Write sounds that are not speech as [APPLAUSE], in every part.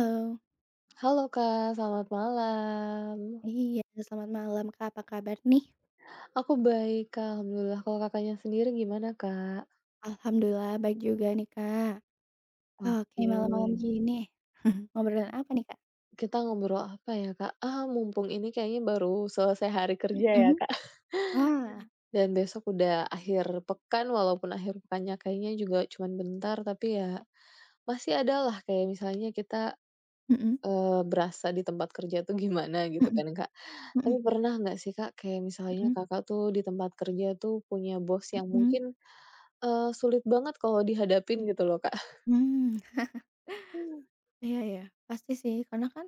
Halo. Halo Kak, selamat malam. Iya, selamat malam, Kak, apa kabar nih? Aku baik Kak, alhamdulillah. Kalau Kakaknya sendiri gimana Kak? Alhamdulillah baik juga nih, Kak. Oke, Oke, malam-malam gini, [LAUGHS] ngobrolin apa nih, Kak? kita ngobrol apa ya Kak? Ah, mumpung ini kayaknya baru selesai hari kerja Mhm. ya Kak, [LAUGHS] Wah. dan besok udah akhir pekan, walaupun akhir pekannya kayaknya juga cuman bentar, tapi ya masih ada lah kayak misalnya kita, Mhm berasa di tempat kerja tuh gimana gitu mhm kan Kak. mhm Tapi pernah nggak sih Kak, kayak misalnya mhm Kakak tuh di tempat kerja tuh punya bos yang mhm mungkin sulit banget kalau mhm. dihadapin gitu loh, Kak. Hmm. Mmm, Iya ya, pasti sih, karena kan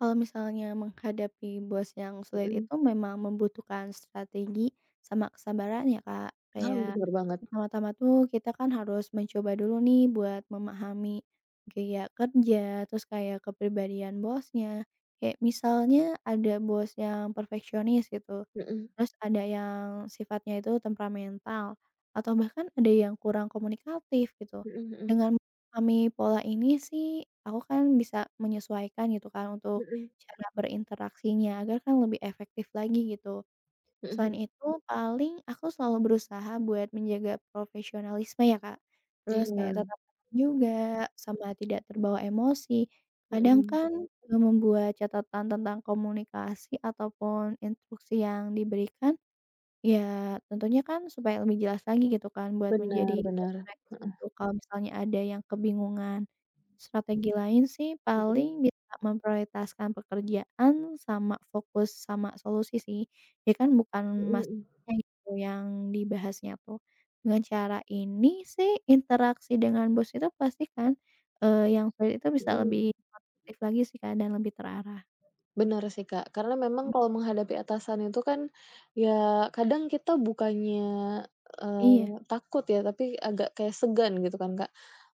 kalau misalnya menghadapi bos yang sulit Mhm. itu memang membutuhkan strategi sama kesabaran ya, Kak. Nah, Kayak bener banget. pertama-tama tuh kita kan harus mencoba dulu nih buat memahami gaya kerja, terus kayak kepribadian bosnya. Kayak misalnya ada bos yang perfeksionis gitu, Mhm, terus ada yang sifatnya itu temperamental, atau bahkan ada yang kurang komunikatif gitu. mhm mhm. Dengan memahami pola ini sih, aku kan bisa menyesuaikan gitu kan untuk Mhm. cara berinteraksinya agar kan lebih efektif lagi gitu. Mhm Selain mhm. itu paling aku selalu berusaha buat menjaga profesionalisme ya, Kak. Terus Iya. kayak tetap tenang juga, sama tidak terbawa emosi. Kadang Mhm. kan, membuat catatan tentang komunikasi ataupun instruksi yang diberikan ya, tentunya kan supaya lebih jelas lagi gitu kan buat menjadi Benar benar. referensi gitu kalau misalnya ada yang kebingungan. Strategi lain sih Mhm. paling bisa memprioritaskan pekerjaan sama fokus sama solusi sih. Ya kan bukan Mhm mhm. masalahnya gitu yang dibahasnya tuh. Dengan cara ini sih interaksi dengan bos itu pastikan, yang sulit itu bisa Mhm lebih mhm. efektif lagi sih, Kak, dan lebih terarah. Benar sih, Kak, karena memang kalau menghadapi atasan itu kan, ya kadang kita bukannya, Iya. Takut ya, tapi agak kayak segan gitu kan, Kak.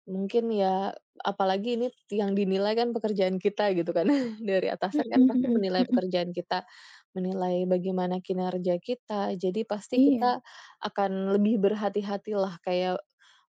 Mungkin ya apalagi ini yang dinilai kan pekerjaan kita gitu kan. [LAUGHS] Dari Mhm atasan kan pasti mhm menilai mhm. pekerjaan kita, menilai bagaimana kinerja kita, jadi pasti Iya. kita akan lebih berhati-hatilah kayak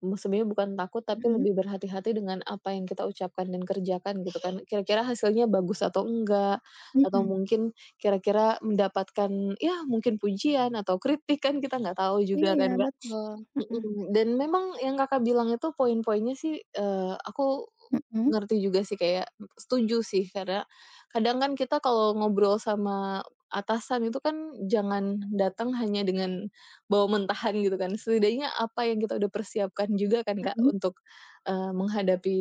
sebenarnya bukan takut, tapi Mhm, lebih berhati-hati dengan apa yang kita ucapkan dan kerjakan gitu kan. Kira-kira hasilnya bagus atau enggak, atau mhm. mungkin kira-kira mendapatkan ya mungkin pujian atau kritik kan kita nggak tahu juga Iya, kan, Kak. betul, mhm Mhm. Dan memang yang Kakak bilang itu poin-poinnya sih, aku Mhm ngerti juga sih kayak setuju sih karena kadang kan kita kalau ngobrol sama atasan itu kan jangan datang hanya dengan bawa mentahan gitu kan, setidaknya apa yang kita udah persiapkan juga kan, Kak, mhm untuk, menghadapi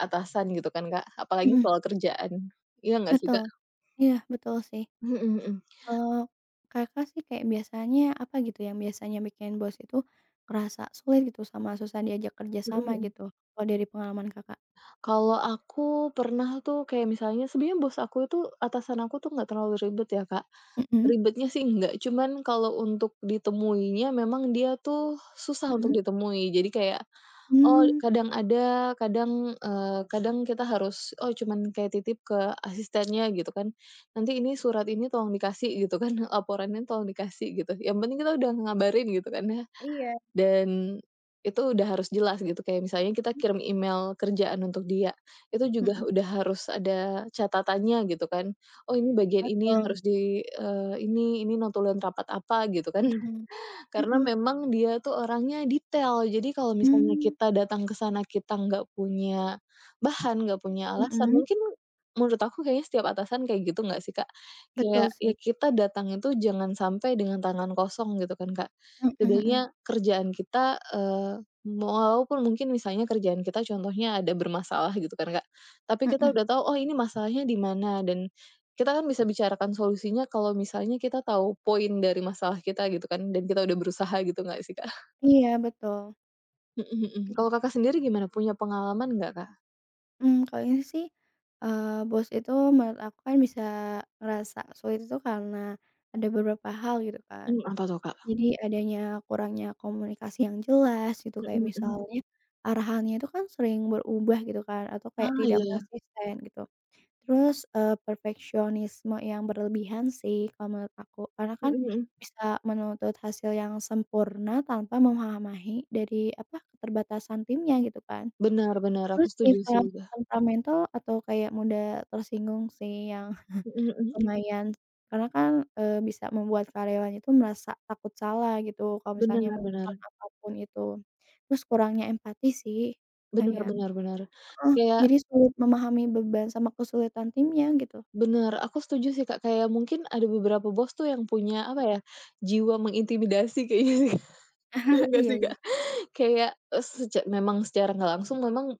atasan gitu kan, Kak, apalagi mhm, soal kerjaan. Iya nggak sih, Kak? betul. Iya, betul sih. Mhm mhm. Eee, Kakak sih kayak biasanya apa gitu yang biasanya bikin bos itu kerasa sulit gitu sama susah diajak kerja Mhm sama mhm. gitu, kalau dari pengalaman Kakak? Kalau aku pernah tuh kayak misalnya sebenarnya bos aku itu atasan aku tuh nggak terlalu ribet ya, Kak. Mhm Ribetnya sih nggak, cuman kalau untuk ditemuinya memang dia tuh susah untuk mhm, ditemui. Jadi kayak, oh mmm, kadang ada, kadang, kadang kita harus, oh cuman kayak titip ke asistennya gitu kan, "Nanti ini surat ini tolong dikasih," gitu kan, [LAUGHS] "laporannya tolong dikasih," gitu. Yang penting kita udah ngabarin gitu kan ya. iya, Dan itu udah harus jelas gitu, kayak misalnya kita kirim email kerjaan untuk dia, itu juga mhm, udah harus ada catatannya gitu kan. Oh ini bagian ini yang betul, harus di ini notulen rapat apa gitu kan. mhm Karena mhm, memang dia tuh orangnya detail, jadi kalau misalnya mmm, kita datang ke sana kita nggak punya bahan, nggak punya alasan, mhm, mungkin menurut aku kayaknya setiap atasan kayak gitu nggak sih, Kak? betul Kayak sih, ya kita datang itu jangan sampai dengan tangan kosong gitu kan, Kak. mhm mhm Setidaknya kerjaan kita, walaupun mungkin misalnya kerjaan kita contohnya ada bermasalah gitu kan, Kak, tapi kita mhm, udah tahu, oh ini masalahnya di mana, dan kita kan bisa bicarakan solusinya kalau misalnya kita tahu poin dari masalah kita gitu kan, dan kita udah berusaha gitu nggak sih, Kak? iya betul. Mhm mhm. Kalau Kakak sendiri gimana, punya pengalaman nggak, Kak? Mmm, kalau ini sih, bos itu menurut aku kan bisa ngerasa sulit itu karena ada beberapa hal gitu kan. Apa tuh, Kak? Jadi adanya kurangnya komunikasi yang jelas gitu, kayak Mhm mhm. misalnya arahannya itu kan sering berubah gitu kan atau Ah, kayak tidak iya. konsisten gitu. Terus, perfeksionisme yang berlebihan sih kalau menurut aku, karena kan Mhm mhm. bisa menuntut hasil yang sempurna tanpa memahami dari apa, keterbatasan timnya gitu kan. Benar benar, aku Terus setuju sih, sifat udah. temperamental atau kayak mudah tersinggung sih yang Mhm [LAUGHS] mhm. lumayan, karena kan, bisa membuat karyawan itu merasa takut salah gitu kalau Benar misalnya melakukan benar. apa pun itu. Terus kurangnya empati sih, Benar kayak benar benar. heeh, Kayak jadi sulit memahami beban sama kesulitan timnya gitu. benar, aku setuju sih, Kak, kayak mungkin ada beberapa bos tuh yang punya, apa ya, jiwa mengintimidasi kayaknya sih, Kak, [LAUGHS] iya Oh, nggak iya sih, iya. Kak? Kayak, memang secara nggak langsung memang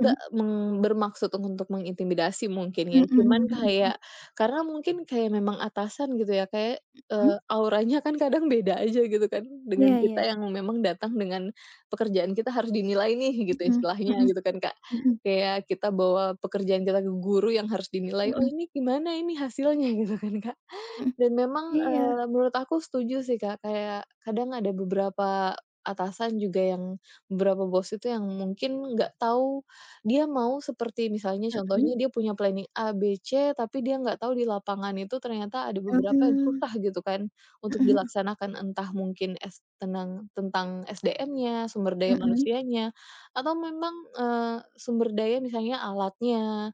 Mhm, meng bermaksud untuk mengintimidasi mungkin ya, mhm cuman mhm mhm, kayak karena mungkin kayak memang atasan gitu ya, kayak, mhm? Auranya kan kadang beda aja gitu kan, dengan Iya iya kita iya. yang memang datang dengan pekerjaan kita harus dinilai nih gitu Mhm istilahnya mhm gitu kan, Kak. mhm Kayak kita bawa pekerjaan kita ke guru yang harus dinilai, "Oh mhm ini gimana ini hasilnya?" [LAUGHS] Gitu kan, Kak. mhm. Dan memang, Iya. Menurut aku setuju sih, Kak, kayak kadang ada beberapa atasan juga yang beberapa bos itu yang mungkin nggak tahu dia mau, seperti misalnya Mhm, contohnya dia punya planning A, B, C, tapi dia nggak tahu di lapangan itu ternyata ada beberapa yang mmm, susah gitu kan untuk mhm dilaksanakan, entah mungkin tenang tentang SDM-nya, sumber daya mhm manusianya, atau memang, sumber daya misalnya alatnya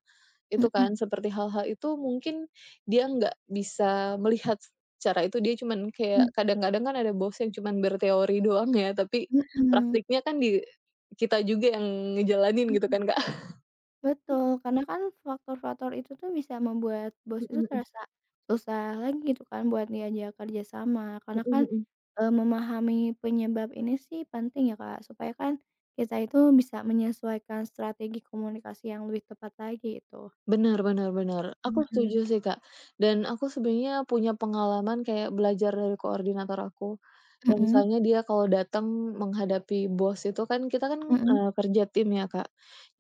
itu mhm kan, seperti hal-hal itu mungkin dia nggak bisa melihat secara itu, dia cuman kayak mhm kadang-kadang kan ada bos yang cuman berteori doang ya, tapi mhm mhm. praktiknya kan di kita juga yang ngejalanin gitu Mhm, kan, Kak. betul, karena kan faktor-faktor itu tuh bisa membuat bos Mhm itu mhm. terasa susah lagi gitu kan buat diajak kerja sama, karena Mhm kan, mhm. Memahami penyebab ini sih penting ya, Kak, supaya kan kita itu bisa menyesuaikan strategi komunikasi yang lebih tepat lagi gitu. Benar benar benar. Aku Mhm, setuju sih, Kak. Dan aku sebenarnya punya pengalaman kayak belajar dari koordinator aku. Kayak mhm, mhm, misalnya dia kalau datang menghadapi bos itu kan kita kan, mhm, kerja tim ya, Kak.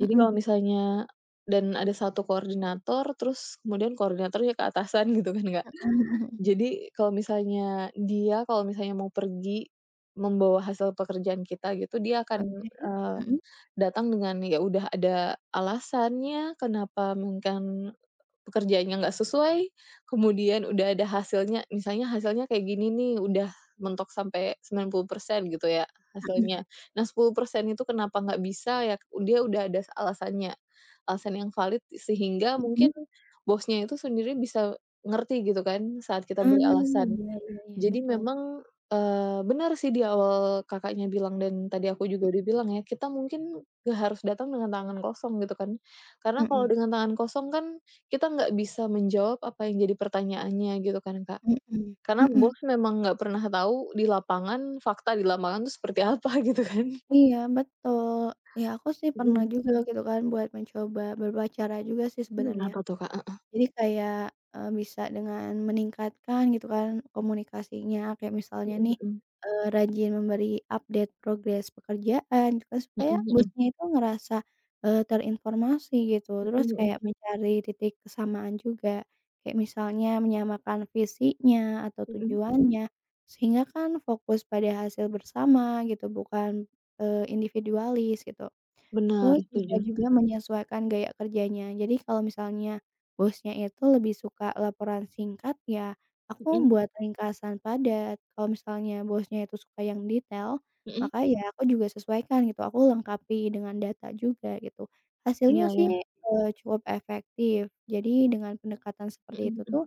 Jadi mhm kalau misalnya dan ada satu koordinator, terus kemudian koordinatornya ke atasan gitu kan, Kak. mhm mhm, Jadi kalau misalnya dia kalau misalnya mau pergi membawa hasil pekerjaan kita gitu, dia akan, oke, eee, mhm datang dengan ya udah ada alasannya kenapa mungkin pekerjaannya nggak sesuai, kemudian udah ada hasilnya, misalnya hasilnya kayak gini nih, udah mentok sampai 90% gitu ya mhm hasilnya. Nah 10% itu kenapa nggak bisa ya, dia udah ada alasannya, alasan yang valid sehingga mhm. mungkin bosnya itu sendiri bisa ngerti gitu kan saat kita Ah, beri alasan. iya iya iya, Jadi betul, memang, benar sih, di awal Kakaknya bilang dan tadi aku juga mhm udah bilang ya, kita mungkin nggak harus datang dengan tangan kosong gitu kan. Karena kalau mhm dengan tangan kosong kan kita nggak bisa menjawab apa yang jadi pertanyaannya gitu kan, Kak. mhm Karena mhm. bos memang nggak pernah tahu di lapangan, fakta di lapangan tuh seperti apa [LAUGHS] gitu kan. Iya betul, ya aku sih pernah Mhm. juga, mhm, gitu kan buat mencoba berpacara juga sih Mhm. sebenarnya. Apa tuh, Kak? Jadi kayak, bisa dengan meningkatkan gitu kan komunikasinya, kayak misalnya nih, Mhm rajin memberi update progres pekerjaan gitu kan, mhm. supaya Mhm mhm. bosnya itu ngerasa, terinformasi gitu. Mhm Terus mhm. kayak mencari titik kesamaan juga, kayak misalnya menyamakan visinya atau Mhm. tujuannya, sehingga kan fokus pada hasil bersama gitu, bukan, individualis gitu. Benar Terus bisa setuju. juga menyesuaikan gaya kerjanya. Jadi kalau misalnya bosnya itu lebih suka laporan singkat, ya aku Mhm buat ringkasan padat. Kalau misalnya bosnya itu suka yang detail, mhm. maka ya aku juga sesuaikan gitu, aku lengkapi dengan data juga gitu. Hasilnya Iya sih, iya. Cukup efektif. Jadi dengan pendekatan Mhm seperti itu mhm. tuh,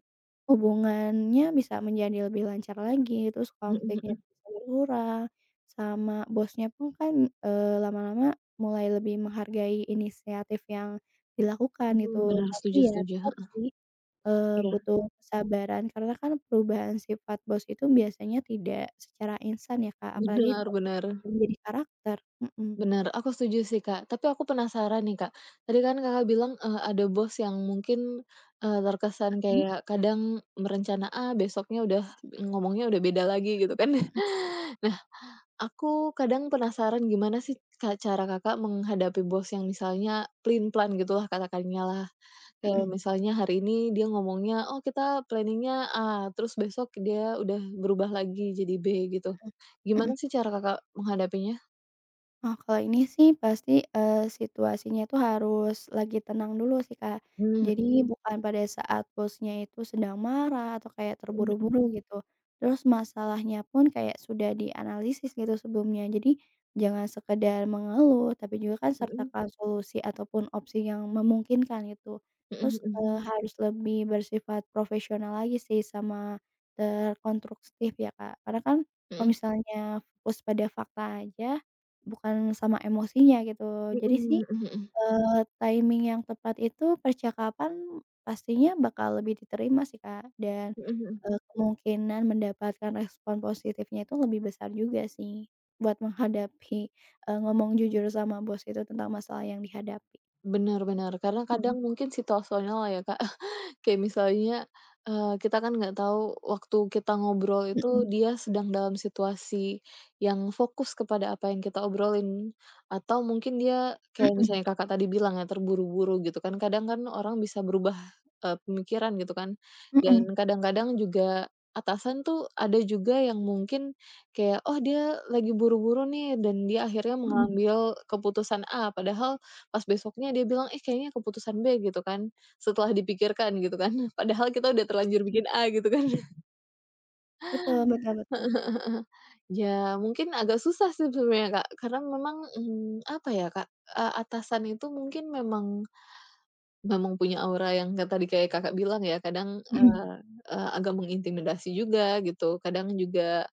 hubungannya bisa menjadi lebih lancar lagi, terus Mhm konfliknya mhm. bisa berkurang, sama bosnya pun kan, lama-lama mulai lebih menghargai inisiatif yang dilakukan gitu, Benar setuju tapi ya setuju. tetap sih, Iya. butuh kesabaran karena kan perubahan sifat bos itu biasanya tidak secara instan ya, Kak, apalagi Benar kalau benar misalnya menjadi karakter. Mhm. benar, aku setuju sih, Kak. Tapi aku penasaran nih, Kak. Tadi kan Kakak bilang, ada bos yang mungkin, terkesan Mhm. kayak kadang merencana A, besoknya udah ngomongnya udah beda lagi gitu kan. [LAUGHS] Nah, aku kadang penasaran gimana sih, Kak, cara Kakak menghadapi bos yang misalnya plan plan gitulah katakannya lah. Kayak Mhm misalnya hari ini dia ngomongnya, "Oh, kita planningnya A," terus besok dia udah berubah lagi jadi B gitu. mhm. Gimana sih cara Kakak menghadapinya? Oh, kalau ini sih pasti, situasinya itu harus lagi tenang dulu sih, Kak. Jadi bukan pada saat bosnya itu sedang marah atau kayak Mhm terburu-buru gitu. Terus masalahnya pun kayak sudah dianalisis gitu sebelumnya. Jadi jangan sekedar mengeluh, tapi juga kan mhm sertakan solusi ataupun opsi yang memungkinkan gitu. mhm Terus, mhm harus lebih bersifat profesional lagi sih sama terkonstruktif ya, Kak. Karena kan kalau mhm misalnya fokus pada fakta aja, bukan sama emosinya gitu. mhm Jadi sih, mhm mhm mhm eee, timing yang tepat itu percakapan pastinya bakal lebih diterima sih, Kak, dan, mhm mhm. Kemungkinan mendapatkan respon positifnya itu lebih besar juga sih buat menghadapi, ngomong jujur sama bos itu tentang masalah yang dihadapi. Bener bener, karena Mhm kadang mungkin situasional ya Kak, kayak misalnya, kita kan nggak tahu waktu kita ngobrol mhm itu dia sedang dalam situasi yang fokus kepada apa yang kita obrolin, atau mungkin dia kayak mhm misalnya Kakak tadi bilang ya terburu-buru gitu kan, kadang kan orang bisa berubah, pemikiran gitu kan. mhm Dan kadang-kadang juga atasan tuh ada juga yang mungkin kayak, "Oh dia lagi buru-buru nih," dan dia akhirnya mhm mengambil keputusan A, padahal pas besoknya dia bilang, "Eh kayaknya keputusan B," gitu kan. Setelah dipikirkan gitu kan, [LAUGHS] padahal kita udah terlanjur mhm. bikin A gitu kan. [LAUGHS] Betul betul betul. Ya mungkin agak susah sih sebenarnya, Kak, karena memang, apa ya, Kak, atasan itu mungkin memang memang punya aura yang kayak tadi kayak Kakak bilang ya, kadang, Mhm eee eee, agak mengintimidasi juga gitu, kadang juga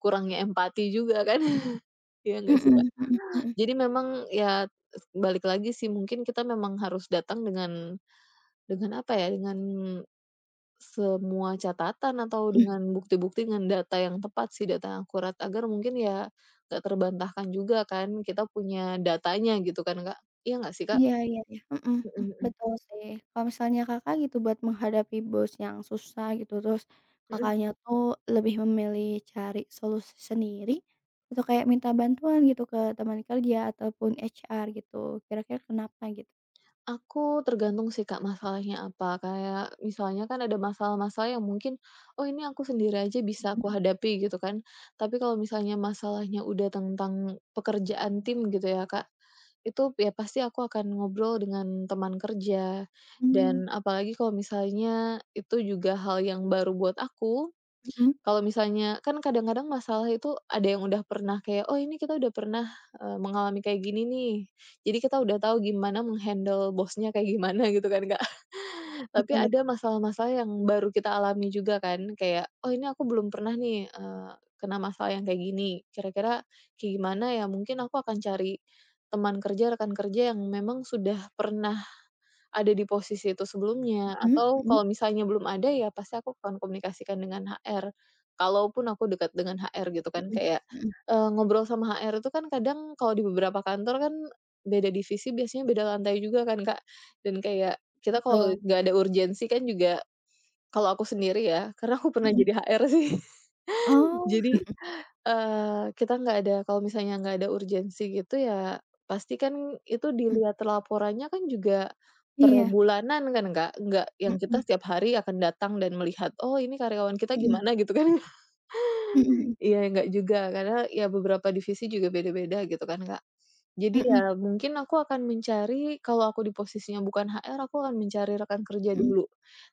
kurangnya empati juga kan, [LAUGHS] iya nggak mhm sih, Kak? mhm mhm mhm. Jadi memang ya balik lagi sih, mungkin kita memang harus datang dengan apa ya, dengan semua catatan atau dengan bukti-bukti, dengan data yang tepat sih, data yang akurat agar mungkin ya nggak terbantahkan juga kan, kita punya datanya gitu kan Kak, iya nggak sih Kak? Iya iya iya, mhm Mhm mhm, mhm. betul sih. Kalau misalnya Kakak gitu buat menghadapi bos yang susah gitu, terus Mhm. Kakaknya tuh lebih memilih cari solusi sendiri, atau kayak minta bantuan gitu ke teman kerja ataupun HR gitu, kira-kira kenapa gitu? Aku tergantung sih Kak masalahnya apa, kayak misalnya kan ada masalah-masalah yang mungkin, "Oh ini aku sendiri aja bisa Mhm, aku hadapi," gitu kan. Tapi kalau misalnya masalahnya udah tentang pekerjaan tim gitu ya Kak, itu ya pasti aku akan ngobrol dengan teman kerja, mmm, dan apalagi kalau misalnya itu juga hal yang baru buat aku, Mhm, kalau misalnya kan kadang-kadang masalah itu ada yang udah pernah kayak, "Oh ini kita udah pernah, mengalami kayak gini nih." Jadi kita udah tahu gimana menghandle bosnya kayak gimana [LAUGHS] gitu kan, Kak. [LAUGHS] Tapi betul ada betul. masalah-masalah yang baru kita alami juga kan, kayak, "Oh ini aku belum pernah nih, kena masalah yang kayak gini, kira-kira kayak gimana ya?" Mungkin aku akan cari teman kerja, rekan kerja yang memang sudah pernah ada di posisi itu sebelumnya, Mhm atau mhm kalau misalnya belum ada ya pasti aku akan komunikasikan dengan HR. Kalaupun aku dekat dengan HR gitu kan mhm kayak, mhm, ngobrol sama HR itu kan kadang kalau di beberapa kantor kan beda divisi biasanya beda lantai juga kan, Kak. Dan kayak kita kalau betul, nggak ada urgensi kan juga, kalau aku sendiri ya, karena aku pernah mhm. jadi HR sih. Oh, Jadi, kita nggak ada kalau misalnya nggak ada urgensi gitu ya, pasti kan itu mhm, dilihat laporannya kan juga per iya, bulanan kan, nggak yang mhm kita setiap hari akan datang dan melihat, "Oh, ini karyawan kita mhm gimana?" gitu kan. [LAUGHS] mhm Iya, nggak juga, karena ya beberapa divisi juga beda-beda gitu kan, Kak. Jadi mhm ya mungkin aku akan mencari, kalau aku di posisinya bukan HR, aku akan mencari rekan kerja mhm dulu.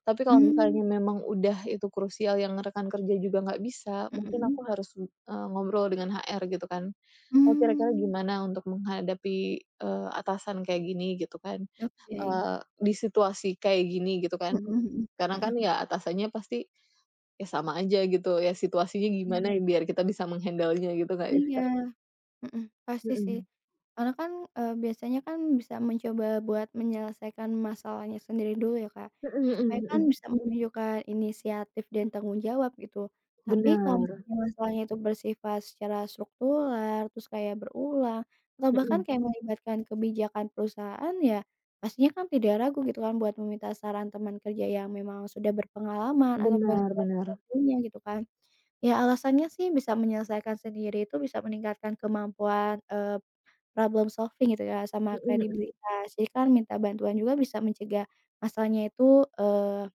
Tapi mhm, kalau mmm, misalnya memang udah itu krusial yang rekan kerja juga nggak bisa, mungkin mhm, aku harus, ngobrol dengan HR gitu kan. "Oh kira-kira mmm, gimana untuk menghadapi, atasan kayak gini?" Gitu kan, oke, eee, "Di situasi kayak gini?" Gitu kan. mhm mhm Karena kan mhm. ya atasannya pasti ya sama aja gitu, ya situasinya gimana Iya ya biar kita bisa meng-handle-nya gitu nggak sih, iya, Kak? mhm, pasti sih. Mhm. Karena kan, biasanya kan bisa mencoba buat menyelesaikan masalahnya sendiri dulu ya, Kak, Mhm supaya mhm kan mhm. bisa menunjukkan inisiatif dan tanggung jawab gitu. Tapi kalau Bener. misalnya masalahnya itu bersifat secara struktural, terus kayak berulang, atau bahkan Mhm. kayak melibatkan kebijakan perusahaan, ya pastinya kan tidak ragu gitu kan buat meminta saran teman kerja yang memang sudah berpengalaman ataupun Benar benar. [UNINTELLIGIBLE] gitu kan. Ya alasannya sih bisa menyelesaikan sendiri itu bisa meningkatkan kemampuan, problem solving gitu ya sama Mhm mhm. kredibilitas. Jadi kan minta bantuan juga bisa mencegah masalahnya itu, eee,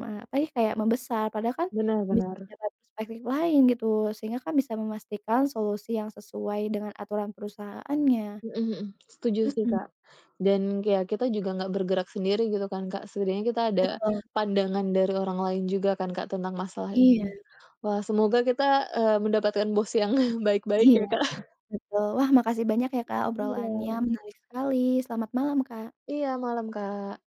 me apa ya, kayak membesar padahal kan Benar bisa benar. mendapat perspektif lain gitu sehingga kan bisa memastikan solusi yang sesuai dengan aturan perusahaannya. Mhm mhm. Setuju sih, Mhm, Kak, dan kayak kita juga nggak bergerak sendiri gitu kan, Kak, setidaknya kita ada betul. pandangan dari orang lain juga kan, Kak, tentang masalah Iya ini. Wah, semoga kita, mendapatkan bos yang [LAUGHS] baik-baik iya, ya, Kak. betul. Wah, makasih banyak ya, Kak, obrolannya Iya menarik sekali. Selamat malam, Kak. iya, malam, Kak.